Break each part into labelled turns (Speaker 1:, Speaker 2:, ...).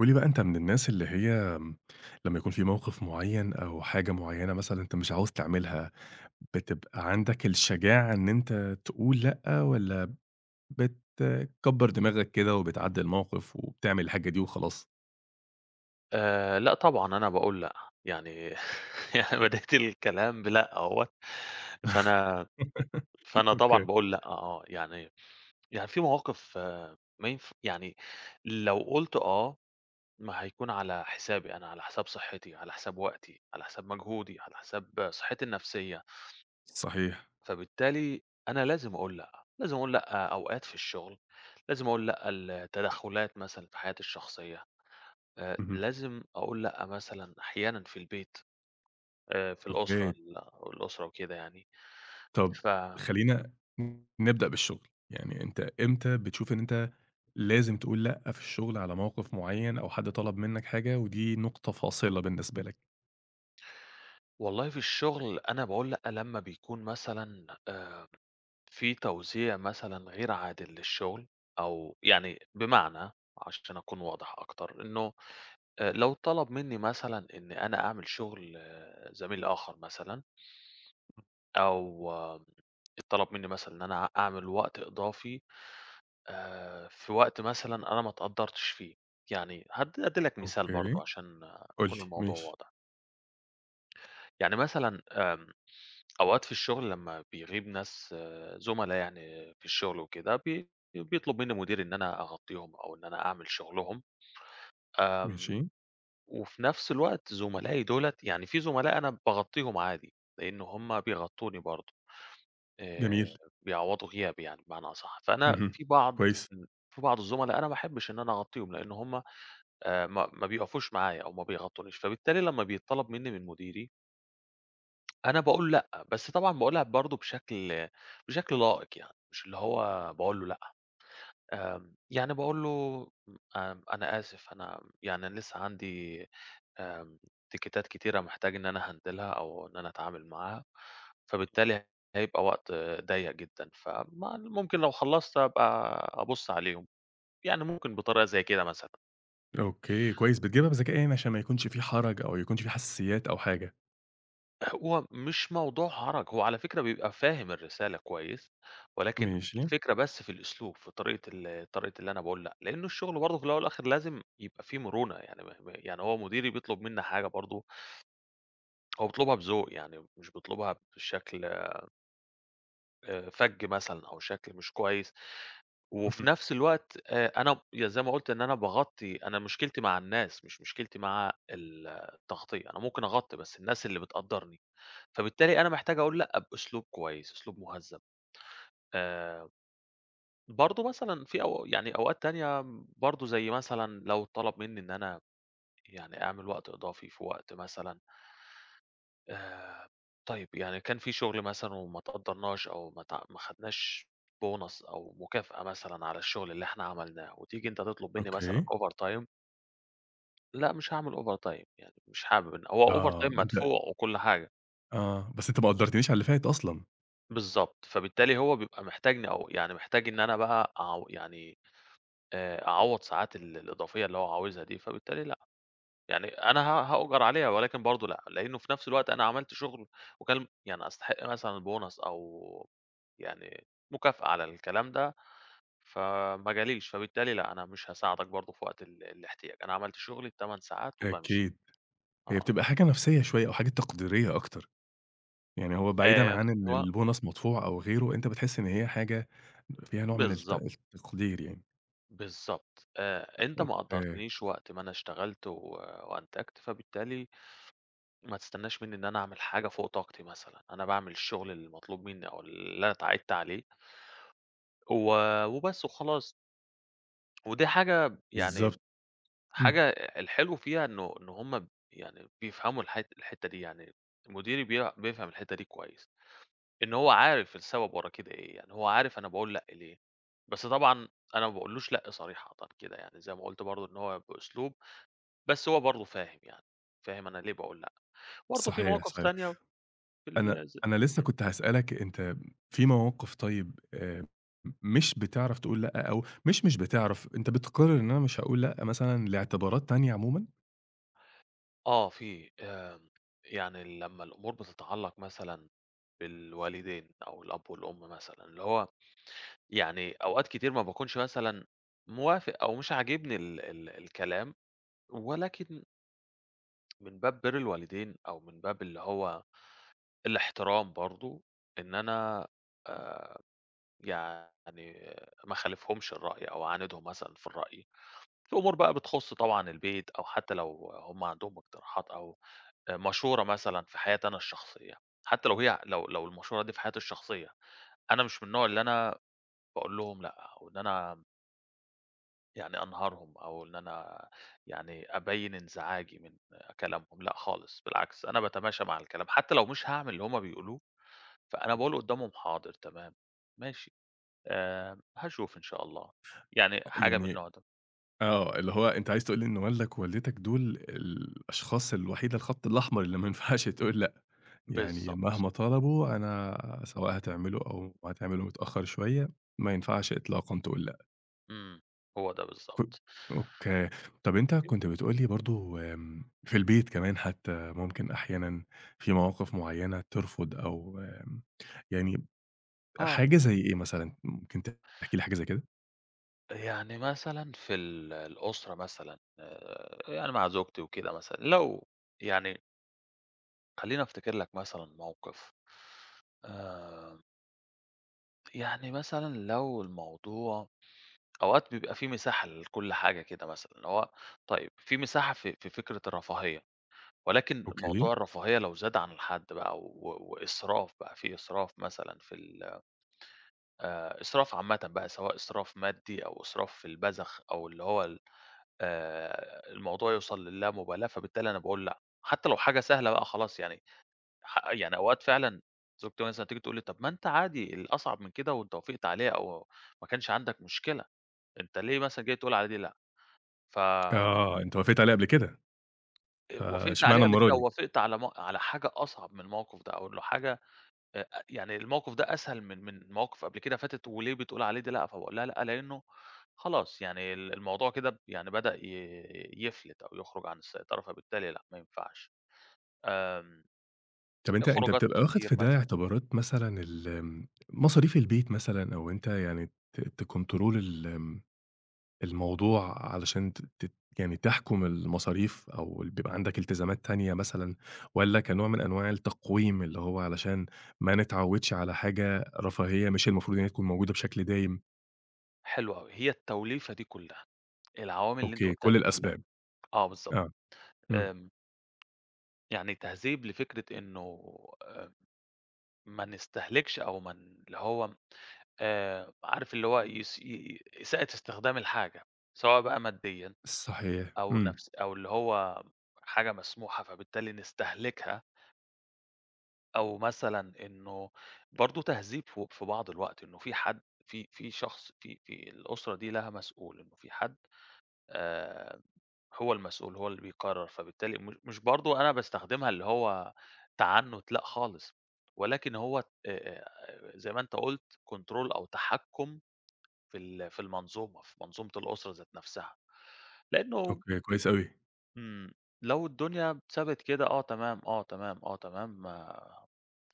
Speaker 1: قُل لي بقى أنت من الناس اللي هي لمّا يكون في موقف معيّن أو حاجة معيّنة مثلًا أنت مش عاوز تعملها، بتبقى عندك الشجاعة إن أنت تقول لأ، والّا بتكبّر دماغك كده وبتعدّي الموقف وبتعمل الحاجة دي وخلاص؟
Speaker 2: لأ طبعًا أنا باقول لأ، يعني يعني بدأت الكلام بلأ أهوّة، فأنا فأنا طبعًا
Speaker 1: أوكي،
Speaker 2: باقول لأ آه، يعني في مواقف آه ما ينف يعني لو قُلت آه، ما هيكون على حسابي أنا، على حساب صحّتي، على حساب وقتي، على حساب مجهودي، على حساب صحّتي النفسية،
Speaker 1: صحيح،
Speaker 2: فبالتالي أنا لازم أقول لأ، لازم أقول لأ أوقات في الشغل، لازم أقول لأ لتدخلات مثلًا في حياتي الشخصية،
Speaker 1: اهم،
Speaker 2: لازم أقول لأ مثلًا أحيانًا في البيت. في الأسرة
Speaker 1: أوكي.
Speaker 2: ال الأسرة وكده يعني.
Speaker 1: طَب
Speaker 2: ف
Speaker 1: خلّينا نبدأ بالشغل، يعني أنت إمتى بتشوف إن أنت لازم تقول لأ في الشغل على موقف معيّن أو حد طلب منّك حاجة ودي نقطة فاصلة بالنسبة لك؟
Speaker 2: والله في الشغل أنا باقول لأ لمّا بيكون مثلًا في توزيع مثلًا غير عادل للشغل أو يعني بمعنى عشان أكون واضح أكتر، إنه لو طلب منّي مثلًا إن أنا أعمل شغل آه، زميل آخر مثلًا أو آه، اتطلب منّي مثلًا إن أنا أعمل وقت إضافي في وقت مثلًا أنا ما اتقدّرتش فيه. يعني هادّي لك مثال برضه
Speaker 1: أوكي.
Speaker 2: عشان آه،
Speaker 1: قُل
Speaker 2: يكون
Speaker 1: لي،
Speaker 2: الموضوع
Speaker 1: ماشي،
Speaker 2: واضح. يعني مثلًا أوقات في الشغل لمّا بيغيب ناس زُملا يعني في الشغل وكده، بيطلب منّي مديري إن أنا أغطّيهم أو إن أنا أعمل شغلهم، آمم،
Speaker 1: ماشي،
Speaker 2: وفي نفس الوقت زُملائي دُولة يعني في زُملاء أنا باغطّيهم عادي، لإن هم بيغطّوني برضه، آآ،
Speaker 1: جميل،
Speaker 2: بيعوّضوا غيابي يعني بمعنى أصح، فأنا
Speaker 1: اهم، كويس،
Speaker 2: م في بعض الزُملا أنا ما احبّش إن أنا أغطّيهم، لإن هم ما بيقفوش معايا أو ما بيغطّونيش، فبالتالي لمّا بيتطلب منّي من مديري أنا باقول لأ، بس طبعًا باقولها برضه بشكل لائق يعني، مش اللي هو باقول له لأ، يعني باقول له م آمم، أنا آسف أنا يعني أنا لسه عندي آمم، تيكيتات كتيرة محتاج إن أنا أهندلها أو إن أنا أتعامل معاها، فبالتالي هيبقى وقت ضيّق جدًا، فما ممكن لو خلّصت أبقى أبُص عليهم، يعني ممكن بطريقة زي كده مثلًا.
Speaker 1: أوكي، كويس، بتجيبها بذكاء يعني عشان ما يكونش في حرج أو يكونش في حساسيات أو حاجة،
Speaker 2: هو مش موضوع هرج، هو على فكرة بيبقى فاهم الرسالة كويس، ولكن
Speaker 1: ماشي،
Speaker 2: الفكرة بس في الأسلوب، في طريقة اللي أنا باقول لأ، لأنه الشغل برضه في الأول والآخر لازم يبقى في مرونة، يعني ما ما يعني هو مديري بيطلب منّي حاجة برضه، هو بيطلبها بذوق، يعني مش بيطلبها بشكل فَج مثلًا أو شكل مش كويس. وفي
Speaker 1: اهم،
Speaker 2: نفس الوقت أنا زي ما قُلت إن أنا باغطّي أنا مشكلتي مع الناس، مش مشكلتي مع التغطية، أنا ممكن أغطّي بس الناس اللي بتقدّرني، فبالتالي أنا محتاج أقول لأ بأسلوب كويس، أسلوب مهذّب. آآ برضه مثلًا في أو يعني أوقات تانية برضه زي مثلًا لو طلب منّي إن أنا يعني أعمل وقت إضافي في وقت مثلًا آآ طيب، يعني كان في شغل مثلًا وما اتقدّرناش أو ما خدناش bonus أو مكافأة مثلًا على الشغل اللي إحنا عملناه وتيجي أنت تطلب منّي مثلًا
Speaker 1: أوكي،
Speaker 2: overtime لأ، مش هاعمل overtime يعني مش حابب إن هو
Speaker 1: آه،
Speaker 2: overtime
Speaker 1: أنت
Speaker 2: مدفوع وكل حاجة.
Speaker 1: آه، بس أنت ما قدّرتنيش على اللي فات أصلًا،
Speaker 2: بالضبط، فبالتالي هو بيبقى محتاجني أو يعني محتاج إن أنا بقى أعوّض ساعات الإضافية اللي هو عاوزها دي، فبالتالي لأ. يعني أنا هاؤجر عليها ولكن برضه لأ، لإنه في نفس الوقت أنا عملت شغل وكان يعني أستحق مثلًا bonus أو يعني مكافأة على الكلام ده، فما جاليش، فبالتالي لأ، أنا مش هاساعدك برضه في وقت الاحتياج، أنا عملت شغلي ال 8 ساعات وبامشي،
Speaker 1: أكيد، هي
Speaker 2: آه،
Speaker 1: بتبقى حاجة نفسية شوية أو حاجة تقديرية أكتر، يعني هو بعيدًا
Speaker 2: آمم
Speaker 1: عن إن
Speaker 2: و
Speaker 1: البونص مدفوع أو غيره، أنت بتحس إن هي حاجة فيها نوع من الت
Speaker 2: بالضبط،
Speaker 1: التقدير يعني،
Speaker 2: بالضبط، أنت ما
Speaker 1: أوكي،
Speaker 2: قدّرتنيش وقت ما أنا اشتغلت وأنتجت، فبالتالي ما تستناش منّي إن أنا أعمل حاجة فوق طاقتي مثلًا، أنا باعمل الشغل المطلوب منّي أو اللي أنا اتعايدت عليه. و وبس وخلاص، ودي حاجة يعني
Speaker 1: بالضبط، إمم،
Speaker 2: حاجة الحلو فيها إنه إن هُم يعني بيفهموا الحتّة دي، يعني مديري بيفهم الحتّة دي كويس، إن هو عارف السبب ورا كده إيه، يعني هو عارف أنا باقول لأ ليه، بس طبعًا أنا ما باقولوش لأ صريحةً كده يعني زي ما قُلت برضه إن هو بأسلوب، بس هو برضه فاهم يعني، فاهم أنا ليه باقول لأ، برضه في
Speaker 1: صحيح،
Speaker 2: مواقف
Speaker 1: صحيح.
Speaker 2: تانية في
Speaker 1: أنا
Speaker 2: ال ز
Speaker 1: أنا لسه
Speaker 2: إمم،
Speaker 1: كنت هاسألك أنت في مواقف طيب مش بتعرف تقول لأ أو مش بتعرف، أنت بتقرر إن أنا مش هاقول لأ مثلًا لاعتبارات تانية عمومًا؟
Speaker 2: آه في، يعني لمّا الأمور بتتعلّق مثلًا بالوالدين أو الأب والأم مثلًا، اللي هو يعني أوقات كتير ما باكونش مثلًا موافق أو مش عاجبني ال الكلام، ولكن من باب بِرّ الوالدين أو من باب اللي هو الاحترام برضه، إن أنا آآ يعني ما اخالفهمش الرأي أو أعاندهم مثلًا في الرأي، في أمور بقى بتخُص طبعًا البيت أو حتى لو هم عندهم اقتراحات أو مشورة مثلًا في حياتي أنا الشخصية، حتى لو هي لو المشورة دي في حياتي الشخصية، أنا مش من النوع اللي أنا باقول لهم لأ، أو إن أنا يعني أنهارهم أو إن أنا يعني أبيّن انزعاجي من كلامهم، لأ خالص، بالعكس أنا باتماشى مع الكلام، حتى لو مش هاعمل اللي هُم بيقولوه، فأنا باقول قدّامهم حاضر تمام، ماشي، هاشوف إن شاء الله، يعني
Speaker 1: أ
Speaker 2: حاجة من
Speaker 1: يعني
Speaker 2: النوع ده،
Speaker 1: آه، اللي هو أنت عايز تقول لي إن والدك ووالدتك دول الأشخاص الوحيدة الخط الأحمر اللي ما ينفعش تقول لأ، يعني
Speaker 2: بالضبط،
Speaker 1: مهما طلبوا أنا سواء هتعمله أو هتعمله متأخر شوية، ما ينفعش إطلاقًا تقول لأ.
Speaker 2: إمم، هو ده
Speaker 1: ك
Speaker 2: بالضبط.
Speaker 1: أوكي. طَب أنت كنت بتقول لي برضه في البيت كمان حتى ممكن أحيانًا في مواقف معيّنة ترفض أو يعني
Speaker 2: آه،
Speaker 1: حاجة زي إيه مثلًا؟ ممكن تحكي لي حاجة زي كده؟
Speaker 2: يعني مثلًا في الأسرة مثلًا يعني مع زوجتي وكده مثلًا، لو يعني خلّيني أفتكر لك مثلًا موقف، آآ يعني مثلًا لو الموضوع أوقات بيبقى في مساحة لكل حاجة كده مثلًا، اللي هو طيب في مساحة في فكرة الرفاهية، ولكن
Speaker 1: أوكي.
Speaker 2: موضوع الرفاهية لو زاد عن الحد بقى وإسراف بقى، في إسراف مثلًا في ال إسراف عامةً بقى، سواء إسراف مادي أو إسراف في البذخ أو اللي هو ال الموضوع يوصل للامبالاة، فبالتالي أنا باقول لأ، حتى لو حاجة سهلة بقى خلاص يعني حق يعني أوقات فعلًا زوجتي مثلًا تيجي تقول لي: "طب ما أنت عادي الأصعب من كده وأنت وافقت عليه أو ما كانش عندك مشكلة، أنت ليه مثلًا جاي تقول على دي لأ؟" ف
Speaker 1: آه، أنت وافقت عليه قبل كده،
Speaker 2: وافقت عليه
Speaker 1: فاشمعنى
Speaker 2: قبل
Speaker 1: المرّة
Speaker 2: كده أو
Speaker 1: دي؟
Speaker 2: وافقت على على حاجة أصعب من الموقف ده أو إنه حاجة يعني الموقف ده أسهل من مواقف قبل كده فاتت وليه بتقول عليه دي لأ؟ فباقول لها: "لأ، لإنه خلاص يعني الموضوع كده يعني بدأ يفلت أو يخرج عن السيطرة، فبالتالي لأ، ما ينفعش." آمم،
Speaker 1: طَب أنت
Speaker 2: خروجات
Speaker 1: بتبقى واخد
Speaker 2: كتير
Speaker 1: في ده
Speaker 2: مثلًا.
Speaker 1: اعتبارات مثلًا ال مصاريف البيت مثلًا أو أنت يعني تكنترول ال الموضوع علشان ت ت يعني تحكُم المصاريف أو ال بيبقى عندك التزامات تانية مثلًا والّا كنوع من أنواع التقويم، اللي هو علشان ما نتعوّدش على حاجة رفاهية مش المفروض إن هي تكون موجودة بشكل دايم؟
Speaker 2: حلو أوي، هي التوليفة دي كلها. العوامل اللي أنت
Speaker 1: أوكي،
Speaker 2: قُلتها
Speaker 1: كل
Speaker 2: دي كلّها،
Speaker 1: الأسباب.
Speaker 2: آه بالضبط،
Speaker 1: آه. إمم.
Speaker 2: آمم، يعني تهذيب لفكرة إنه آآ ما نستهلكش أو ما ن اللي هو عارف اللي هو يس ي إساءة استخدام الحاجة، سواء بقى ماديًا
Speaker 1: صحيح.
Speaker 2: أو
Speaker 1: إمم.
Speaker 2: أو اللي هو حاجة مسموحة فبالتالي نستهلكها، أو مثلًا إنه برضه تهذيب في بعض الوقت إنه في حد في شخص في الأسرة دي لها مسؤول، إنه في حد آآ هو المسؤول، هو اللي بيقرّر، فبالتالي مش برضه أنا باستخدمها اللي هو تعنُّت، لأ خالص، ولكن هو زي ما أنت قُلت control أو تحكُّم في ال في المنظومة، في منظومة الأسرة ذات نفسها، لإنه
Speaker 1: أوكي، كويس أوي.
Speaker 2: إمم، لو الدنيا سابت كده آه تمام، آه تمام، آه تمام،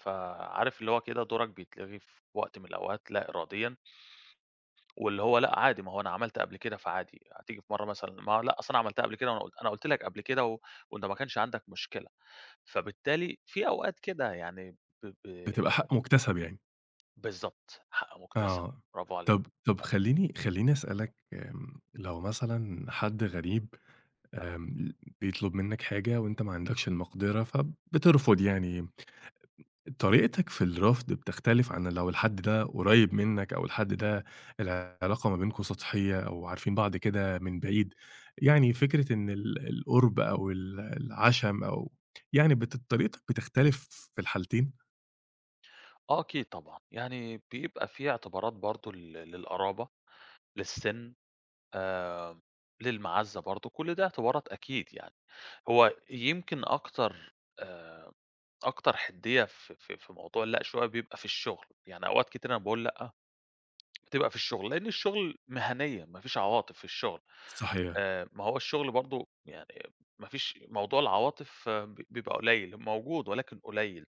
Speaker 2: فعارف اللي هو كده دورك بيتلغي في وقت من الأوقات لا إراديًا، واللي هو لأ عادي، ما هو أنا عملت قبل كده فعادي، هتيجي في مرّة مثلًا ما هو لأ أصل أنا عملتها قبل كده وأنا قلت أنا قلت لك قبل كده وأنت ما كانش عندك مشكلة، فبالتالي في أوقات كده يعني ب ب
Speaker 1: بتبقى حق مُكتسب يعني.
Speaker 2: بالضبط، حق مُكتسب،
Speaker 1: آه.
Speaker 2: برافو عليك.
Speaker 1: طب خلّيني أسألك لو مثلًا حد غريب آمم، بيطلب منّك حاجة وأنت ما عندكش المقدرة فبترفض يعني طريقتك في الرفض بتختلف عن لو الحد ده قريب منك أو الحد ده العلاقة ما بينكم سطحية أو عارفين بعض كده من بعيد، يعني فكرة إن ال القُرب أو ال العَشَم أو يعني طريقتك بتختلف في الحالتين؟
Speaker 2: آه أكيد طبعًا، يعني بيبقى في اعتبارات برضه لل للقرابة، للسِن، آآ للمَعزّة برضه، كل ده اعتبارات أكيد يعني. هو يمكن أكتر آآ أكتر حِدّية في موضوع اللأ شوية بيبقى في الشُغل، يعني أوقات كتير أنا باقول لأ بتبقى في الشغل، لإن الشغل مهنية، ما فيش عواطف في الشغل،
Speaker 1: صحيح،
Speaker 2: ما هو الشغل برضه يعني ما فيش موضوع العواطف بيبقى قليل، موجود ولكن قليل،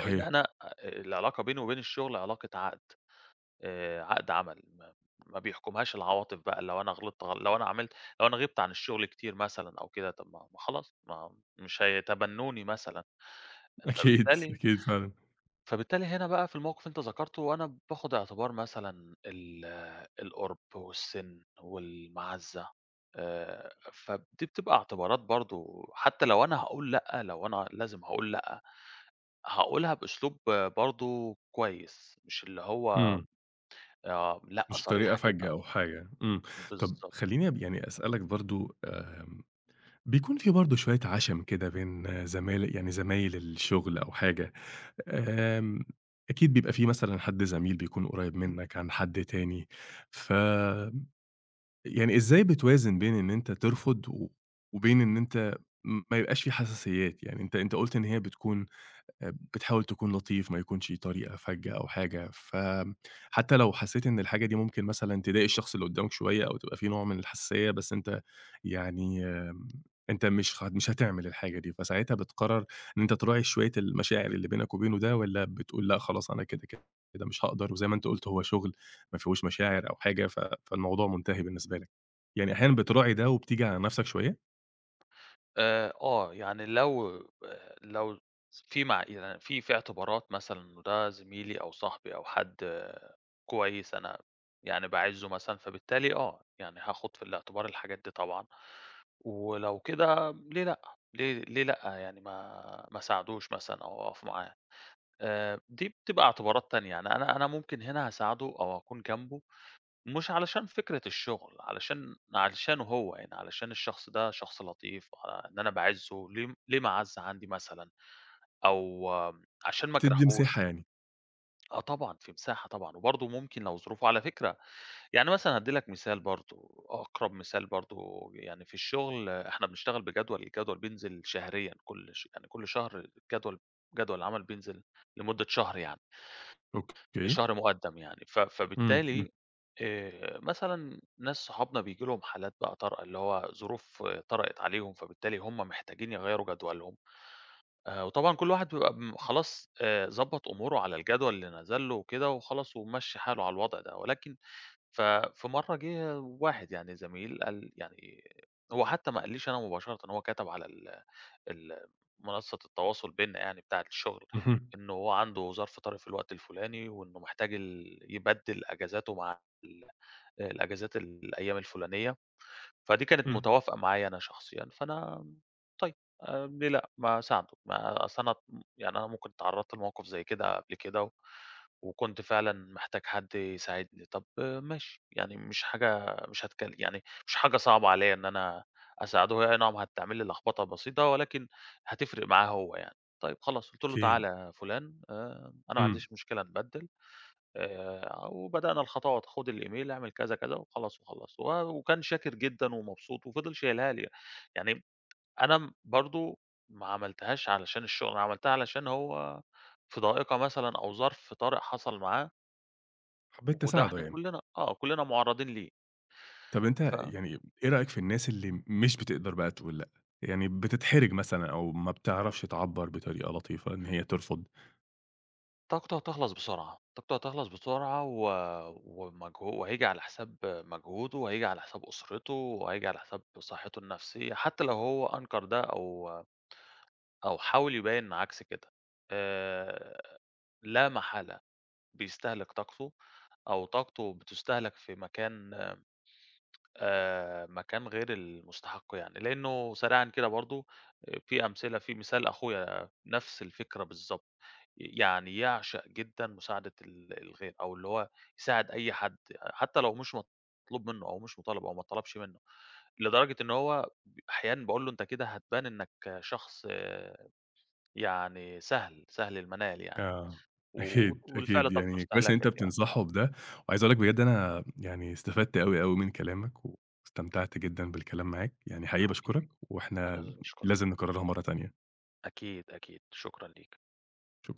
Speaker 2: لإن أنا العلاقة بيني وبين الشغل علاقة عقد، عقد عمل، ما بيحكمهاش العواطف بقى لو أنا غِبت عن الشغل كتير مثلًا أو كده، طَب ما ما خلاص ما مش هيتبنوني مثلًا،
Speaker 1: أكيد،
Speaker 2: فبالتالي
Speaker 1: أكيد فعلًا،
Speaker 2: هنا بقى في الموقف أنت ذكرته، وأنا باخد اعتبار مثلًا ال القُرب والسِن والمَعزّة فدي بتبقى اعتبارات برضه حتى لو أنا هاقول لأ، لو أنا لازم هاقول لأ، هاقولها بأسلوب برضه كويس، مش اللي هو
Speaker 1: إمم،
Speaker 2: آه، لأ
Speaker 1: مش طريقة
Speaker 2: صريحة
Speaker 1: فجة
Speaker 2: كده،
Speaker 1: أو حاجة، إمم، طب
Speaker 2: بالضبط.
Speaker 1: خلّيني يعني أسألك برضه بيكون في برضه شوية عَشَم كده بين زمايل يعني زمايل الشغل أو حاجة، آمم، أكيد بيبقى في مثلًا حد زميل بيكون قريب منّك عن حد تاني، ف يعني إزاي بتوازن بين إن أنت ترفض و وبين إن أنت ما يبقاش في حساسيّات؟ يعني أنت قُلت إن هي بتكون بتحاول تكون لطيف، ما يكونش طريقة فجة أو حاجة، فحتى لو حسيت إن الحاجة دي ممكن مثلًا تضايق الشخص اللي قدامك شوية أو تبقى في نوع من الحساسية، بس أنت يعني أنت مش هتعمل الحاجة دي، فساعتها بتقرر إن أنت تراعي شوية المشاعر اللي بينك وبينه ده، والّا بتقول لأ خلاص أنا كده، كده مش هاقدر، وزي ما أنت قُلت هو شغل ما فيهوش مشاعر أو حاجة، فالموضوع منتهي بالنسبة لك؟ يعني أحيانًا بتراعي ده وبتيجي على نفسك شوية؟
Speaker 2: يعني لو في مع يعني في اعتبارات مثلًا إنه ده زميلي أو صاحبي أو حد آه، كويس أنا يعني باعزّه مثلًا، فبالتالي آه، يعني هاخُد في الاعتبار الحاجات دي طبعًا، ولو كده ليه لأ، ليه لأ يعني ما اساعدوش مثلًا أو أقف معاه، دي بتبقى اعتبارات تانية، يعني أنا ممكن هنا هاساعده أو أكون جنبه مش علشان فكرة الشغل، علشانه هو يعني، علشان الشخص ده شخص لطيف، إن أنا باعزّه ليه مَعزّة عندي مثلًا، أو آه، عشان ما
Speaker 1: بتدّي
Speaker 2: اجرحوش.
Speaker 1: مساحة يعني.
Speaker 2: آه طبعًا، في مساحة طبعًا، وبرضه ممكن لو ظروفه على فكرة يعني مثلًا هادّي لك مثال برضه، أقرب مثال برضه يعني في الشغل آه، إحنا بنشتغل بجدول، الجدول بينزل شهريًا كل ش يعني كل شهر جدول جدول العمل بينزل لمدة شهر يعني.
Speaker 1: أوكي.
Speaker 2: شهر مُقدّم يعني، ف
Speaker 1: إمم، إمم،
Speaker 2: فبالتالي مثلًا ناس صحابنا بييجي لهم حالات بقى طارئة، اللي هو ظروف طرأت عليهم، فبالتالي هم محتاجين يغيّروا جدولهم، وطبعًا كل واحد بيبقى خلاص ضبّط أموره على الجدول اللي نزل له وكده وخلاص ومَمشّي حاله على الوضع ده، ولكن ففي مرّة جِه واحد يعني زميل قال يعني هو حتى ما قاليش أنا مباشرةً، هو كَتَب على ال منصة التواصل بيننا يعني بتاعة الشغل،
Speaker 1: اهم،
Speaker 2: إنه هو عنده ظرف طارئ في الوقت الفلاني، وإنه محتاج يبدِّل أجازاته مع الأجازات الأيام الفلانية، فدي كانت
Speaker 1: إمم،
Speaker 2: متوافقة معايا أنا شخصيًا، فأنا طيب ليه لأ، ما أساعده، ما أصل أنا يعني أنا ممكن اتعرّضت لموقف زي كده قبل كده وكنت فعلًا محتاج حد يساعدني، طب آه، ماشي، يعني مش حاجة مش هتكل يعني مش حاجة صعبة عليّا إن أنا أساعده، هي أي نعم هتعمل لي لخبطة بسيطة ولكن هتفرق معاه هو يعني. طيب خلاص، قُلت له: "تعالَ
Speaker 1: أكيد.
Speaker 2: يا فُلان، أنا ما
Speaker 1: إمم،
Speaker 2: عنديش مشكلة نبدِّل." وبدأنا الخطوات، خُد الإيميل، اعمل كذا، كذا وخلاص وخلّصت. وكان شاكر جدًا ومبسوط وفضل شايلها لي. يعني أنا برضه ما عملتهاش علشان الشغل، أنا عملتها علشان هو في ضائقة مثلًا أو ظرف طارئ حصل معاه
Speaker 1: حبيت
Speaker 2: وده
Speaker 1: تساعده
Speaker 2: إحنا
Speaker 1: يعني.
Speaker 2: كلّنا آه، كلّنا معرّضين ليه،
Speaker 1: طب أنت يعني إيه رأيك في الناس اللي مش بتقدر بقى تقول لأ؟ يعني بتتحرج مثلًا أو ما بتعرفش تعبّر بطريقة لطيفة إن هي ترفض؟
Speaker 2: فطاقته هتخلص بسرعة، طاقته هتخلص بسرعة ومجهو وهييجي على حساب مجهوده وهييجي على حساب أسرته وهييجي على حساب صحته النفسية، حتى لو هو أنكر ده أو أو حاول يبيّن عكس كده، آآ، لا محالة بيستهلك طاقته أو طاقته بتُستهلك في مكان مكان غير المستحق يعني، لإنه سريعًا كده برضه في مثال أخويا نفس الفكرة بالضبط، يعني يعشق جدًا مساعدة الغير أو اللي هو يساعد أي حد، حتى لو مش مطلوب منه أو مش مطالب أو ما اتطلبش منه، لدرجة إن هو أحيانًا باقول له أنت كده هتبان إنك شخص آه، يعني سهل، سهل المنال يعني،
Speaker 1: آه، أكيد،
Speaker 2: وبالفعل
Speaker 1: أكيد،
Speaker 2: طاقته
Speaker 1: يعني كويس إن أنت
Speaker 2: استهلكت يعني.
Speaker 1: بتنصحه بده، وعايز أقول لك بجد أنا يعني استفدت أوي، أوي من كلامك، واستمتعت جدًا بالكلام معاك، يعني حقيقي باشكرك،
Speaker 2: حبيبي أنا
Speaker 1: وإحنا
Speaker 2: اللي
Speaker 1: لازم
Speaker 2: باشكرك.
Speaker 1: نكررها مرة تانية،
Speaker 2: أكيد، أكيد، شكرًا ليك.
Speaker 1: شكرًا.